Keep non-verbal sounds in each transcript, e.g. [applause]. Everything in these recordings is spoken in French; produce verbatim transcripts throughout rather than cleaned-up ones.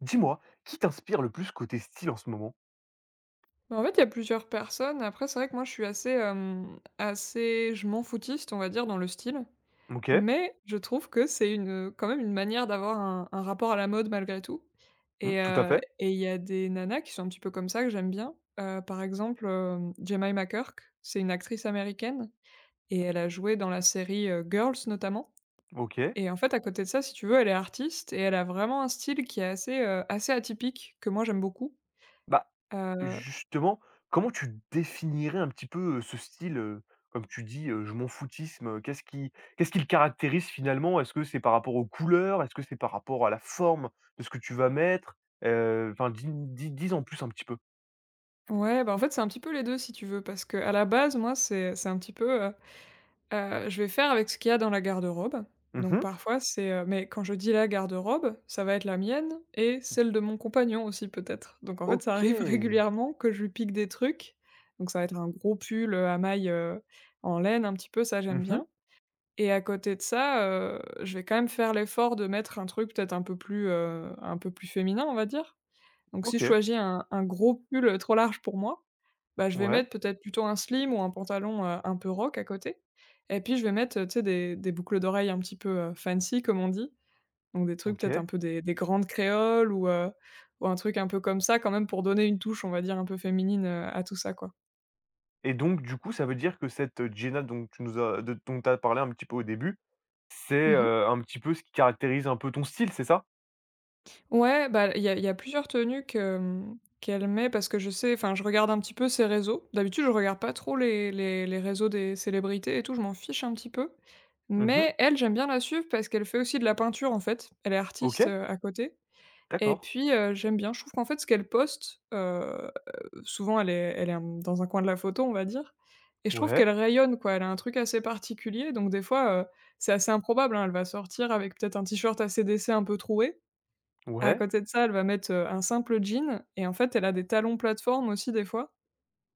Dis-moi, qui t'inspire le plus côté style en ce moment? Bah, en fait, il y a plusieurs personnes. Après, c'est vrai que moi, je suis assez, hem, assez je m'en foutiste, on va dire, dans le style. OK. Mais je trouve que c'est une, quand même une manière d'avoir un un rapport à la mode malgré tout Mmh, et tout à heu fait. et il y a des nanas qui sont un petit peu comme ça que j'aime bien. Heu, par exemple, hem, Jemima Kirke, c'est une actrice américaine et elle a joué dans la série, heu, Girls notamment. OK. Et en fait, à côté de ça, si tu veux, elle est artiste et elle a vraiment un style qui est assez, heu, assez atypique que moi j'aime beaucoup. Bah, Heu justement, comment tu définirais un petit peu, heu, ce style, heu, comme tu dis, heu, je m'en foutisme, heu, qu'est-ce qui qu'est-ce qui le caractérise finalement? Est-ce que c'est par rapport aux couleurs? Est-ce que c'est par rapport à la forme de ce que tu vas mettre? Heu, enfin dis dis dis en plus un petit peu. Ouais, bah, en fait, c'est un petit peu les deux si tu veux, parce que à la base, moi, c'est c'est un petit peu, heu heu, je vais faire avec ce qu'il y a dans la garde-robe. Donc Mmh. parfois, c'est, heu mais quand je dis la garde-robe, ça va être la mienne et celle de mon compagnon aussi peut-être. Donc en fait, ça arrive [laughs] OK. régulièrement que je lui pique des trucs. Donc ça va être un gros pull, euh, à mailles, heu, en laine un petit peu, ça j'aime Mmh. bien. Et à côté de ça, heu, je vais quand même faire l'effort de mettre un truc peut-être un peu plus, heu, un peu plus féminin, on va dire. Donc si je OK. choisis un un gros pull, heu, trop large pour moi, bah, je vais Ouais. mettre peut-être plutôt un slim ou un pantalon, heu, un peu rock à côté. Et puis je vais mettre, heu, tu sais des des boucles d'oreilles un petit peu, heu, fancy comme on dit. Donc des trucs peut-être OK. un peu des des grandes créoles ou, heu, ou un truc un peu comme ça quand même pour donner une touche, on va dire, un peu féminine, heu, à tout ça, quoi. Et donc du coup, ça veut dire que cette, heu, Jenna donc tu nous as de dont t'as parlé un petit peu au début, c'est, Mmh. heu, un petit peu ce qui caractérise un peu ton style, c'est ça? Ouais, bah, il y a il y a plusieurs tenues que, mmh, qu'elle met parce que je sais, enfin, je regarde un petit peu ses réseaux. D'habitude, je regarde pas trop les les les réseaux des célébrités et tout, je m'en fiche un petit peu. Mmh. Mais elle, j'aime bien la suivre parce qu'elle fait aussi de la peinture, en fait. Elle est artiste, OK, heu, à côté. Et d'accord. puis, heu, j'aime bien. Je trouve qu'en fait, ce qu'elle poste, heu, souvent elle est elle est, hem, dans un coin de la photo, on va dire, et je trouve Ouais, qu'elle rayonne, quoi. Elle a un truc assez particulier donc des fois, heu, c'est assez improbable, hein, elle va sortir avec peut-être un t-shirt assez ses décès un peu troué. À ouais. côté de ça, elle va mettre, heu, un simple jean, et en fait, elle a des talons plateforme aussi des fois,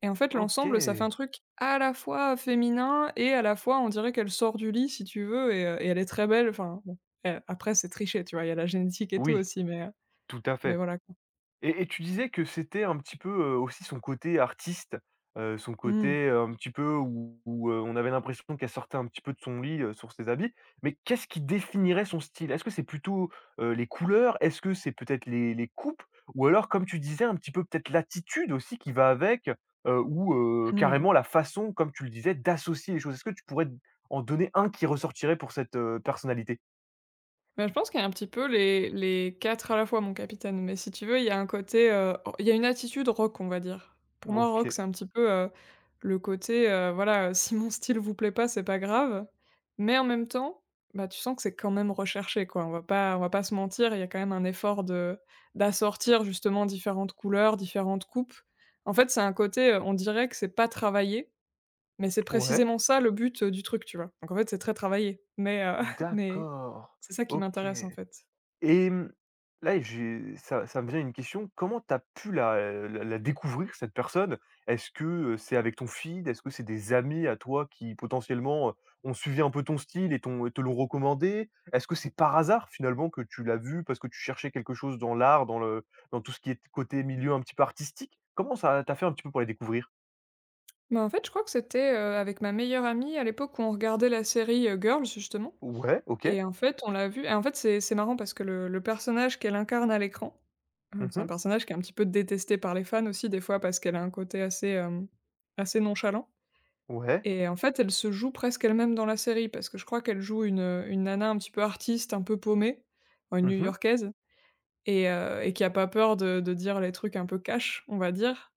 et en fait, l'ensemble, ça fait un OK. truc à la fois féminin et à la fois, on dirait qu'elle sort du lit si tu veux. Et heu et elle est très belle, enfin bon, eh, après c'est triché, tu vois? Il y a la [laughs] génétique et tout Oui, aussi mais heu, tout à mais fait. voilà quoi. Et et tu disais que c'était un petit peu, heu, aussi son côté artiste, heu, son Mmh. côté, heu, un petit peu où où, heu, on avait l'impression qu'elle sortait un petit peu de son lit, heu, sur ses habits. Mais qu'est-ce qui définirait son style? Est-ce que c'est plutôt, heu, les couleurs? Est-ce que c'est peut-être les les coupes? Ou alors, comme tu disais, un petit peu peut-être l'attitude aussi qui va avec, heu, ou, heu, Mmh. carrément la façon, comme tu le disais, d'associer les choses? Est-ce que tu pourrais en donner un qui ressortirait pour cette, heu, personnalité? Bah, je pense qu'il y a un petit peu les les quatre à la fois, mon capitaine, mais si tu veux, il y a un côté, heu, il y a une attitude rock, on va dire. Pour moi, rock, OK. c'est un petit peu, heu, le côté, heu, voilà, heu, si mon style vous plaît pas, c'est pas grave, mais en même temps, bah, tu sens que c'est quand même recherché, quoi. On va pas on va pas se mentir, il y a quand même un effort de d'assortir justement différentes couleurs, différentes coupes. En fait, c'est un côté, heu, on dirait que c'est pas travaillé, mais c'est Ouais. précisément ça le but, heu, du truc, tu vois? Donc en fait, c'est très travaillé, mais, heu, [laughs] mais D'accord. c'est ça qui OK. m'intéresse, en fait. Et mmh, là, j'ai ça ça me vient une question, comment tu as pu la, la la découvrir cette personne? Est-ce que, heu, c'est avec ton feed? Est-ce que c'est des amis à toi qui potentiellement, heu, ont suivi un peu ton style et t'ont et te l'ont recommandé? Est-ce que c'est par hasard finalement que tu l'as vu parce que tu cherchais quelque chose dans l'art, dans le dans tout ce qui est côté milieu un petit peu artistique? Comment ça tu fait un petit peu pour les découvrir? Bah, en fait, je crois que c'était, heu, avec ma meilleure amie à l'époque où on regardait la série, heu, Girls, justement, Ouais, OK. et en fait, on l'a vue, et en fait, c'est c'est marrant parce que le le personnage qu'elle incarne à l'écran, hem, c'est un Mmh. personnage qui est un petit peu détesté par les fans aussi, des fois, parce qu'elle a un côté assez, hem, assez nonchalant. Ouais. Et en fait, elle se joue presque elle-même dans la série parce que je crois qu'elle joue une, une nana un petit peu artiste, un peu paumée, enfin, une Mmh. New-Yorkaise, et heu et qui a pas peur de de dire les trucs un peu cash, on va dire.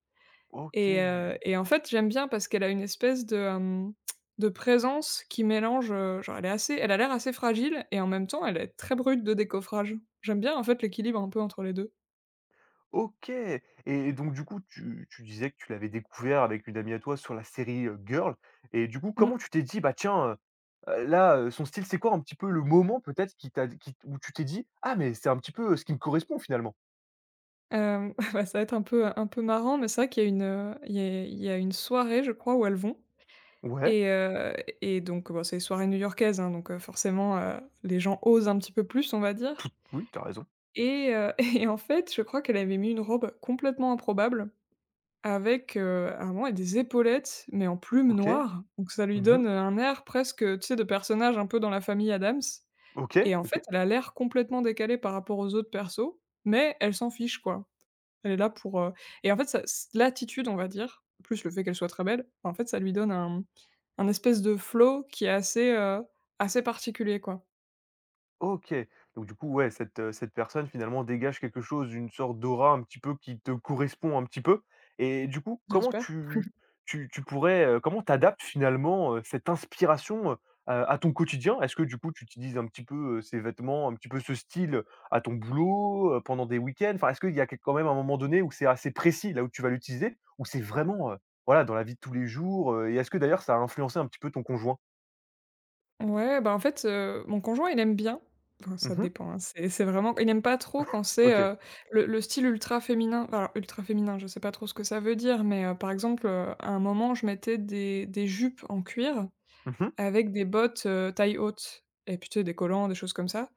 Et OK. heu et en fait, j'aime bien parce qu'elle a une espèce de, hem, de présence qui mélange, heu, genre elle est assez elle a l'air assez fragile et en même temps, elle est très brute de décoffrage. J'aime bien en fait l'équilibre un peu entre les deux. OK. Et donc du coup, tu tu disais que tu l'avais découvert avec une amie à toi sur la série, heu, Girl, et du coup, Mmh. comment tu t'es dit: «Bah tiens, heu heu, là, heu, son style», c'est quoi un petit peu le moment peut-être qui t'a qui où tu t'es dit: «Ah mais c'est un petit peu, heu, ce qui me correspond finalement»? Hem, [laughs] bah, ça va être un peu un peu marrant, mais c'est vrai qu'il y a une, heu, il y a il y a une soirée, je crois, où elles vont. Ouais, Et heu et donc bon, c'est les soirées new-yorkaises, hein, donc heu, forcément, heu, les gens osent un petit peu plus, on va tout dire. oui, t'as raison. Et heu [laughs] et en fait, je crois qu'elle avait mis une robe complètement improbable. Avec, heu, à un moment, il des épaulettes, mais en plumes OK. noires, donc ça lui Mmh. donne un air presque, tu sais, de personnage un peu dans la famille Adams. OK, Et en OK. fait, elle a l'air complètement décalée par rapport aux autres persos, mais elle s'en fiche, quoi. Elle est là pour, heu et en fait, ça c l'attitude, on va dire, plus le fait qu'elle soit très belle, en fait, ça lui donne un, mmh, un espèce de flow qui est assez, heu, assez particulier, quoi, OK. Donc du coup, ouais, cette, heu, cette personne finalement dégage quelque chose, une sorte d'aura un petit peu qui te correspond un petit peu, et du coup, comment j'espère. tu tu tu pourrais, heu, comment t'adaptes finalement, heu, cette inspiration, heu, à à ton quotidien? Est-ce que du coup, tu utilises un petit peu, heu, ces vêtements, un petit peu ce style, à ton boulot, heu, pendant des week-ends? Enfin, est-ce qu'il y a quel quand même un moment donné où c'est assez précis là où tu vas l'utiliser? Ou c'est vraiment, heu, voilà, dans la vie de tous les jours, heu, et est-ce que d'ailleurs ça a influencé un petit peu ton conjoint? Ouais, bah, en fait, heu, mon conjoint, il aime bien. Enfin, ça Mmh. dépend, hein, c'est c'est vraiment, il n'aime pas trop quand c'est, OK. heu, le le style ultra féminin. Enfin, alors ultra féminin, je sais pas trop ce que ça veut dire, mais, heu, par exemple, heu, à un moment, je mettais des des jupes en cuir Mmh. avec des bottes, heu, taille haute, et puis, tu sais, des collants, des choses comme ça.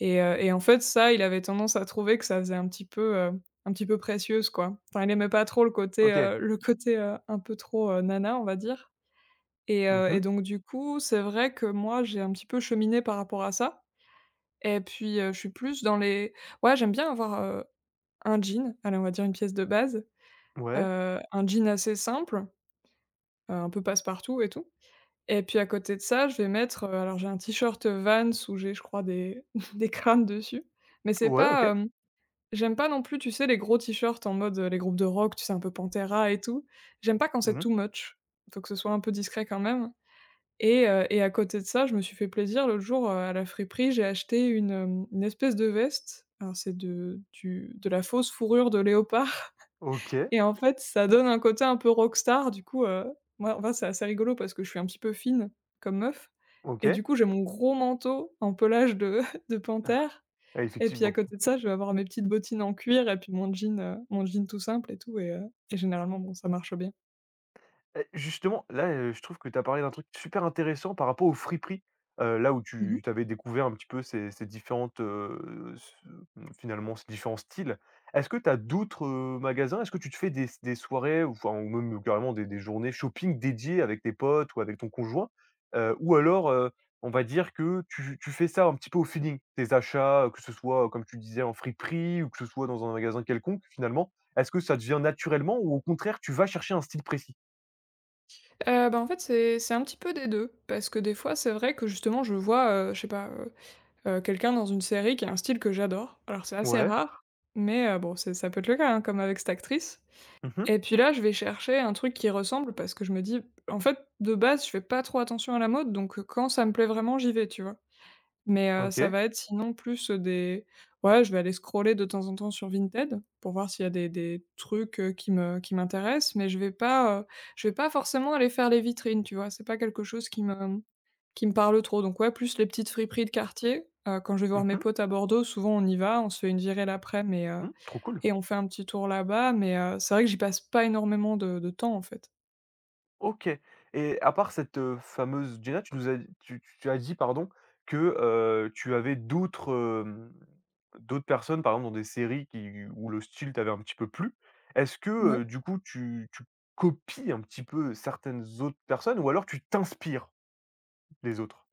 Et heu et en fait, ça, il avait tendance à trouver que ça faisait un petit peu, heu, un petit peu précieuse, quoi. Enfin, il aimait pas trop le côté, OK. heu, le côté, heu, un peu trop, heu, nana, on va dire. Et heu et Mmh. donc du coup, c'est vrai que moi, j'ai un petit peu cheminé par rapport à ça, et puis, heu, je suis plus dans les, ouais, j'aime bien avoir, heu, un jean, allez, on va dire une pièce de base, Ouais. heu, un jean assez simple, heu, un peu passe-partout et tout. Et puis à côté de ça, je vais mettre, heu, alors j'ai un t-shirt, Vans, où j'ai, je crois, des [laughs] des crânes dessus, mais c'est Ouais, OK. pas, hem, j'aime pas non plus, tu sais, les gros t-shirts en mode, heu, les groupes de rock, tu sais, un peu Pantera et tout. J'aime pas quand Mmh c'est too mh. much. Faut que ce soit un peu discret quand même. Et heu et à côté de ça, je me suis fait plaisir l'autre jour, heu, à la friperie, j'ai acheté une, hem, une espèce de veste. Alors c'est de du de la fausse fourrure de léopard [laughs] OK, et en fait, ça donne un côté un peu rockstar du coup, heu, moi, enfin, c'est assez rigolo parce que je suis un petit peu fine comme meuf, et OK. du coup, j'ai mon gros manteau en pelage de [laughs] de panthère. Et Et puis à effectivement, côté de ça, je vais avoir mes petites bottines en cuir et puis mon jean, heu, mon jean tout simple et tout. Et heu et généralement, bon, ça marche bien. et justement, là, heu, je trouve que tu as parlé d'un truc super intéressant par rapport aux friperies, heu, là où tu t'avais découvert un petit peu ces ces différentes, heu, ce mmh, finalement, ces différents styles. Est-ce que tu as d'autres, heu, magasins? Est-ce que tu te fais des des soirées ou enfin, ou même carrément des des journées shopping dédiées avec tes potes ou avec ton conjoint? Heu, ou alors, heu, on va dire que tu tu fais ça un petit peu au feeling? Tes achats, heu, que ce soit, heu, comme tu disais en friperie ou que ce soit dans un magasin quelconque finalement, est-ce que ça devient naturellement ou au contraire tu vas chercher un style précis? Heu, bah, en fait, c'est c'est un petit peu des deux parce que des fois, c'est vrai que justement, je vois, heu, je sais pas, heu heu, quelqu'un dans une série qui a un style que j'adore. Alors c'est assez Ouais. rare, mais heu, bon, c'est ça peut être le cas, hein, comme avec cette actrice. Mmh. Et puis là, je vais chercher un truc qui ressemble parce que je me dis: «En fait, de base, je fais pas trop attention à la mode, donc heu, quand ça me plaît vraiment, j'y vais», tu vois? Mais heu, ça OK. va être sinon plus, des, ouais, je vais aller scroller de temps en temps sur Vinted pour voir s'il y a des des trucs, heu, qui me qui m'intéressent, mais je vais pas, heu, je vais pas forcément aller faire les vitrines, tu vois? C'est pas quelque chose qui me qui me parle trop, donc ouais, plus les petites friperies de quartier. Heu, quand je vais Mmh voir mes mh. potes à Bordeaux, souvent on y va, on se fait une virée l'après, mais heu Mmh, trop cool. et on fait un petit tour là-bas, mais heu, c'est vrai que j'y passe pas énormément de de temps, en fait. OK. Et à part cette, heu, fameuse Jenna, tu nous as tu tu as dit, pardon, que, heu, tu avais d'autres, hem, d'autres personnes, par exemple, dans des séries qui où le style t'avait un petit peu plu. Est-ce que, heu, du coup, tu tu copies un petit peu certaines autres personnes ou alors tu t'inspires des autres?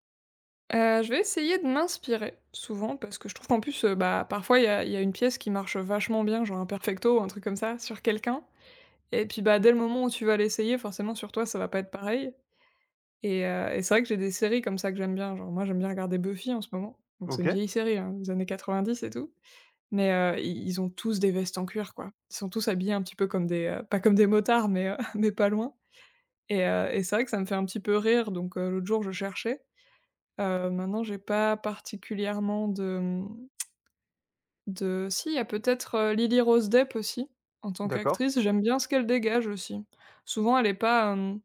Heu, je vais essayer de m'inspirer, souvent, parce que je trouve qu'en plus, heu, bah, parfois, il y a il y a une pièce qui marche vachement bien, genre un perfecto ou un truc comme ça, sur quelqu'un et puis, bah, dès le moment où tu vas l'essayer, forcément, sur toi, ça va pas être pareil et heu et c'est vrai que j'ai des séries comme ça que j'aime bien. Genre, moi, j'aime bien regarder Buffy, en ce moment, donc c'est une OK, vieille série, hein, des années quatre-vingt-dix et tout, mais heu, i ils ont tous des vestes en cuir, quoi. Ils sont tous habillés un petit peu comme des, heu, pas comme des motards, mais heu, [laughs] mais pas loin et heu et c'est vrai que ça me fait un petit peu rire, donc heu, l'autre jour, je cherchais. Heu, maintenant j'ai pas particulièrement de, mmh, de... Si, il y a peut-être, heu, Lily Rose Depp aussi, en tant d'accord. qu'actrice, j'aime bien ce qu'elle dégage aussi. Souvent elle est pas, hem,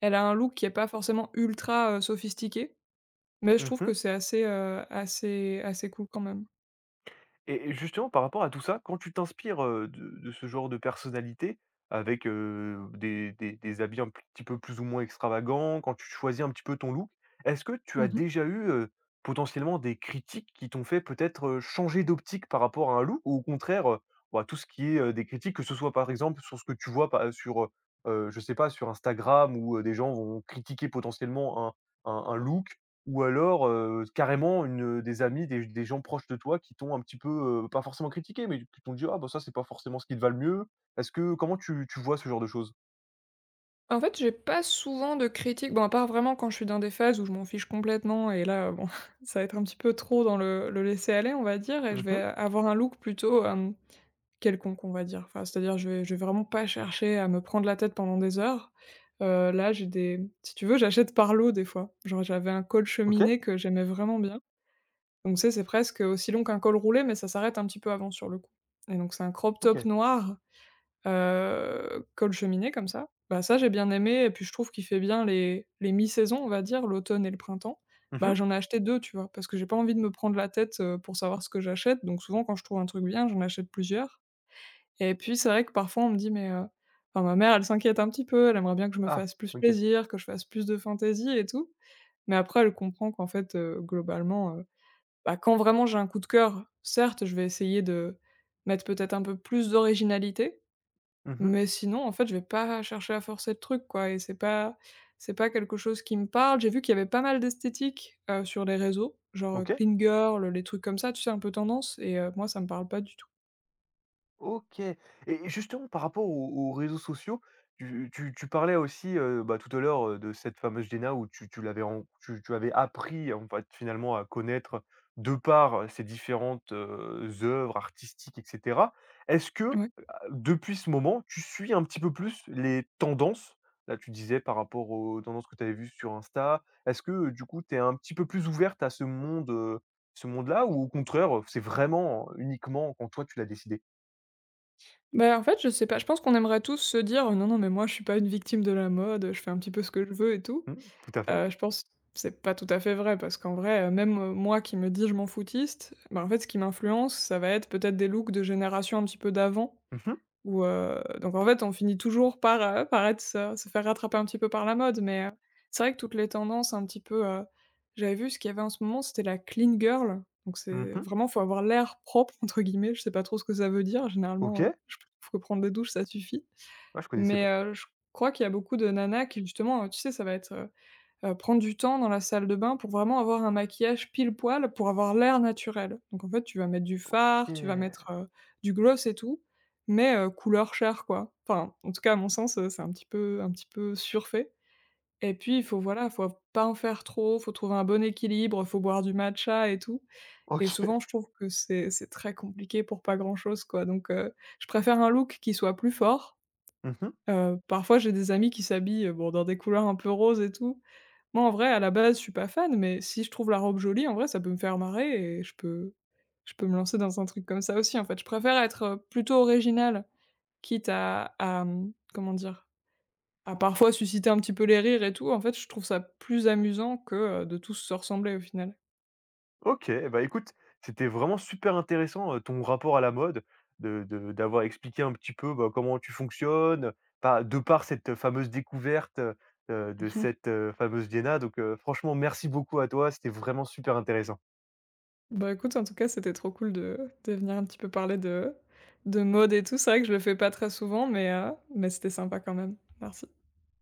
elle a un look qui est pas forcément ultra, heu, sophistiqué, mais je trouve Mmh. que c'est assez, heu, assez assez cool quand même. Et et justement, par rapport à tout ça, quand tu t'inspires, heu, de de ce genre de personnalité avec, heu, des des des habits un petit peu plus ou moins extravagants, quand tu choisis un petit peu ton look, est-ce que tu as Mmh. déjà eu, heu, potentiellement des critiques qui t'ont fait peut-être, heu, changer d'optique par rapport à un look? Ou au contraire, heu, bah, tout ce qui est, heu, des critiques, que ce soit par exemple sur ce que tu vois pas sur, heu, je sais pas, sur Instagram où, heu, des gens vont critiquer potentiellement un un un look, ou alors, heu, carrément une, des amis, des des gens proches de toi qui t'ont un petit peu, heu, pas forcément critiqué, mais qui t'ont dit: «Ah bah, ça, c'est pas forcément ce qui te va le mieux». Est-ce que comment tu tu vois ce genre de choses? En fait, j'ai pas souvent de critiques, bon, à part vraiment quand je suis dans des phases où je m'en fiche complètement et là, euh, bon, [laughs] ça va être un petit peu trop dans le le laisser aller, on va dire, et je vais Mmh. avoir un look plutôt, hem, quelconque, on va dire. Enfin, c'est-à-dire, je vais je vais vraiment pas chercher à me prendre la tête pendant des heures. Heu, là, j'ai des... Si tu veux, j'achète par lot des fois. Genre, j'avais un col OK, cheminé que j'aimais vraiment bien. Donc, tu sais, c'est presque aussi long qu'un col roulé, mais ça s'arrête un petit peu avant sur le coup. Et donc, c'est un crop top OK. noir, heu, col cheminé comme ça. Bah, ça, j'ai bien aimé et puis je trouve qu'il fait bien les les mi-saisons, on va dire, l'automne et le printemps. Bah, Mmh. j'en ai acheté deux, tu vois? Parce que j'ai pas envie de me prendre la tête, heu, pour savoir ce que j'achète. Donc souvent, quand je trouve un truc bien, j'en achète plusieurs. Et puis, c'est vrai que parfois on me dit: «Mais, heu» enfin ma mère, elle s'inquiète un petit peu, elle aimerait bien que je me Ah, fasse plus OK. plaisir, que je fasse plus de fantaisie et tout. Mais après, elle comprend qu'en fait, heu, globalement, heu, bah, quand vraiment j'ai un coup de cœur, certes, je vais essayer de mettre peut-être un peu plus d'originalité, Mmh. mais sinon, en fait, je vais pas chercher à forcer le truc, quoi, et c'est pas... c'est pas quelque chose qui me parle. J'ai vu qu'il y avait pas mal d'esthétiques, heu, sur les réseaux, genre, heu, OK. clean girl, les trucs comme ça, tu sais, un peu tendance, et heu, moi, ça me parle pas du tout. OK. Et et justement par rapport aux aux réseaux sociaux, tu tu tu parlais aussi, heu, bah, tout à l'heure, heu, de cette fameuse Jenna où tu tu l'avais ren tu tu avais appris en fait finalement à connaître de par, heu, ses différentes, heu, œuvres artistiques et cetera. Est-ce que, heu, Ouais. depuis ce moment, tu suis un petit peu plus les tendances? Là, tu disais par rapport aux tendances que tu avais vues sur Insta. Est-ce que, heu, du coup, tu es un petit peu plus ouverte à ce monde, heu, ce monde-là ou au contraire, c'est vraiment uniquement quand toi tu l'as décidé? Bah, en fait, je sais pas, je pense qu'on aimerait tous se dire: «Non, non, mais moi, je suis pas une victime de la mode, je fais un petit peu ce que je veux et tout». Mmh, tout à fait. Heu, je pense que c'est pas tout à fait vrai parce qu'en vrai, heu, même, heu, moi qui me dis je m'en foutiste, bah, en fait, ce qui m'influence, ça va être peut-être des looks de génération un petit peu d'avant, Mmh mh. ou, heu, donc en fait, on finit toujours par, heu, par être... se se faire rattraper un petit peu par la mode, mais, heu, c'est vrai que toutes les tendances un petit peu, heu, j'avais vu ce qu'il y avait en ce moment, c'était la clean girl. Donc Mmh c'est mh. vraiment, faut avoir l'air «propre» [laughs] entre guillemets, je sais pas trop ce que ça veut dire. Généralement, heu, OK. je trouve que prendre des douches, ça suffit. Ah, je connaissais Mais, pas. heu, je crois qu'il y a beaucoup de nanas qui justement, heu, tu sais, ça va être, euh, Heu, prendre du temps dans la salle de bain pour vraiment avoir un maquillage pile poil, pour avoir l'air naturel. Donc en fait, tu vas mettre du fard, tu vas OK. mettre, heu, du gloss et tout, mais, heu, couleur chair quoi. Enfin, en tout cas à mon sens, heu, c'est un petit peu un petit peu surfait et puis il faut, voilà, faut pas en faire trop, faut trouver un bon équilibre, faut boire du matcha et tout, [laughs] et OK. souvent je trouve que c'est c'est très compliqué pour pas grand chose, quoi. Donc, heu, je préfère un look qui soit plus fort. Mmh mh. Heu, parfois j'ai des amis qui s'habillent, euh, bon, dans des couleurs un peu roses et tout, moi, en vrai, à la base, je suis pas fan, mais si je trouve la robe jolie, en vrai, ça peut me faire marrer et je peux je peux me lancer dans un truc comme ça aussi, en fait. Je préfère être, heu, plutôt originale, quitte à à, mmh, comment dire? À parfois susciter un petit peu les rires et tout. En fait, je trouve ça plus amusant que, heu, de tous se ressembler au final. OK. Eh bah, écoute, c'était vraiment super intéressant, heu, ton rapport à la mode, de de d'avoir expliqué un petit peu, bah, comment tu fonctionnes, par de par cette fameuse découverte, heu, [laughs] de Mhm. cette, heu, fameuse Diana. Donc, heu, franchement merci beaucoup à toi, c'était vraiment super intéressant. Bah, écoute, en tout cas, c'était trop cool de de venir un petit peu parler de de mode et tout. C'est vrai que je le fais pas très souvent, mais, heu, mais c'était sympa quand même. Merci.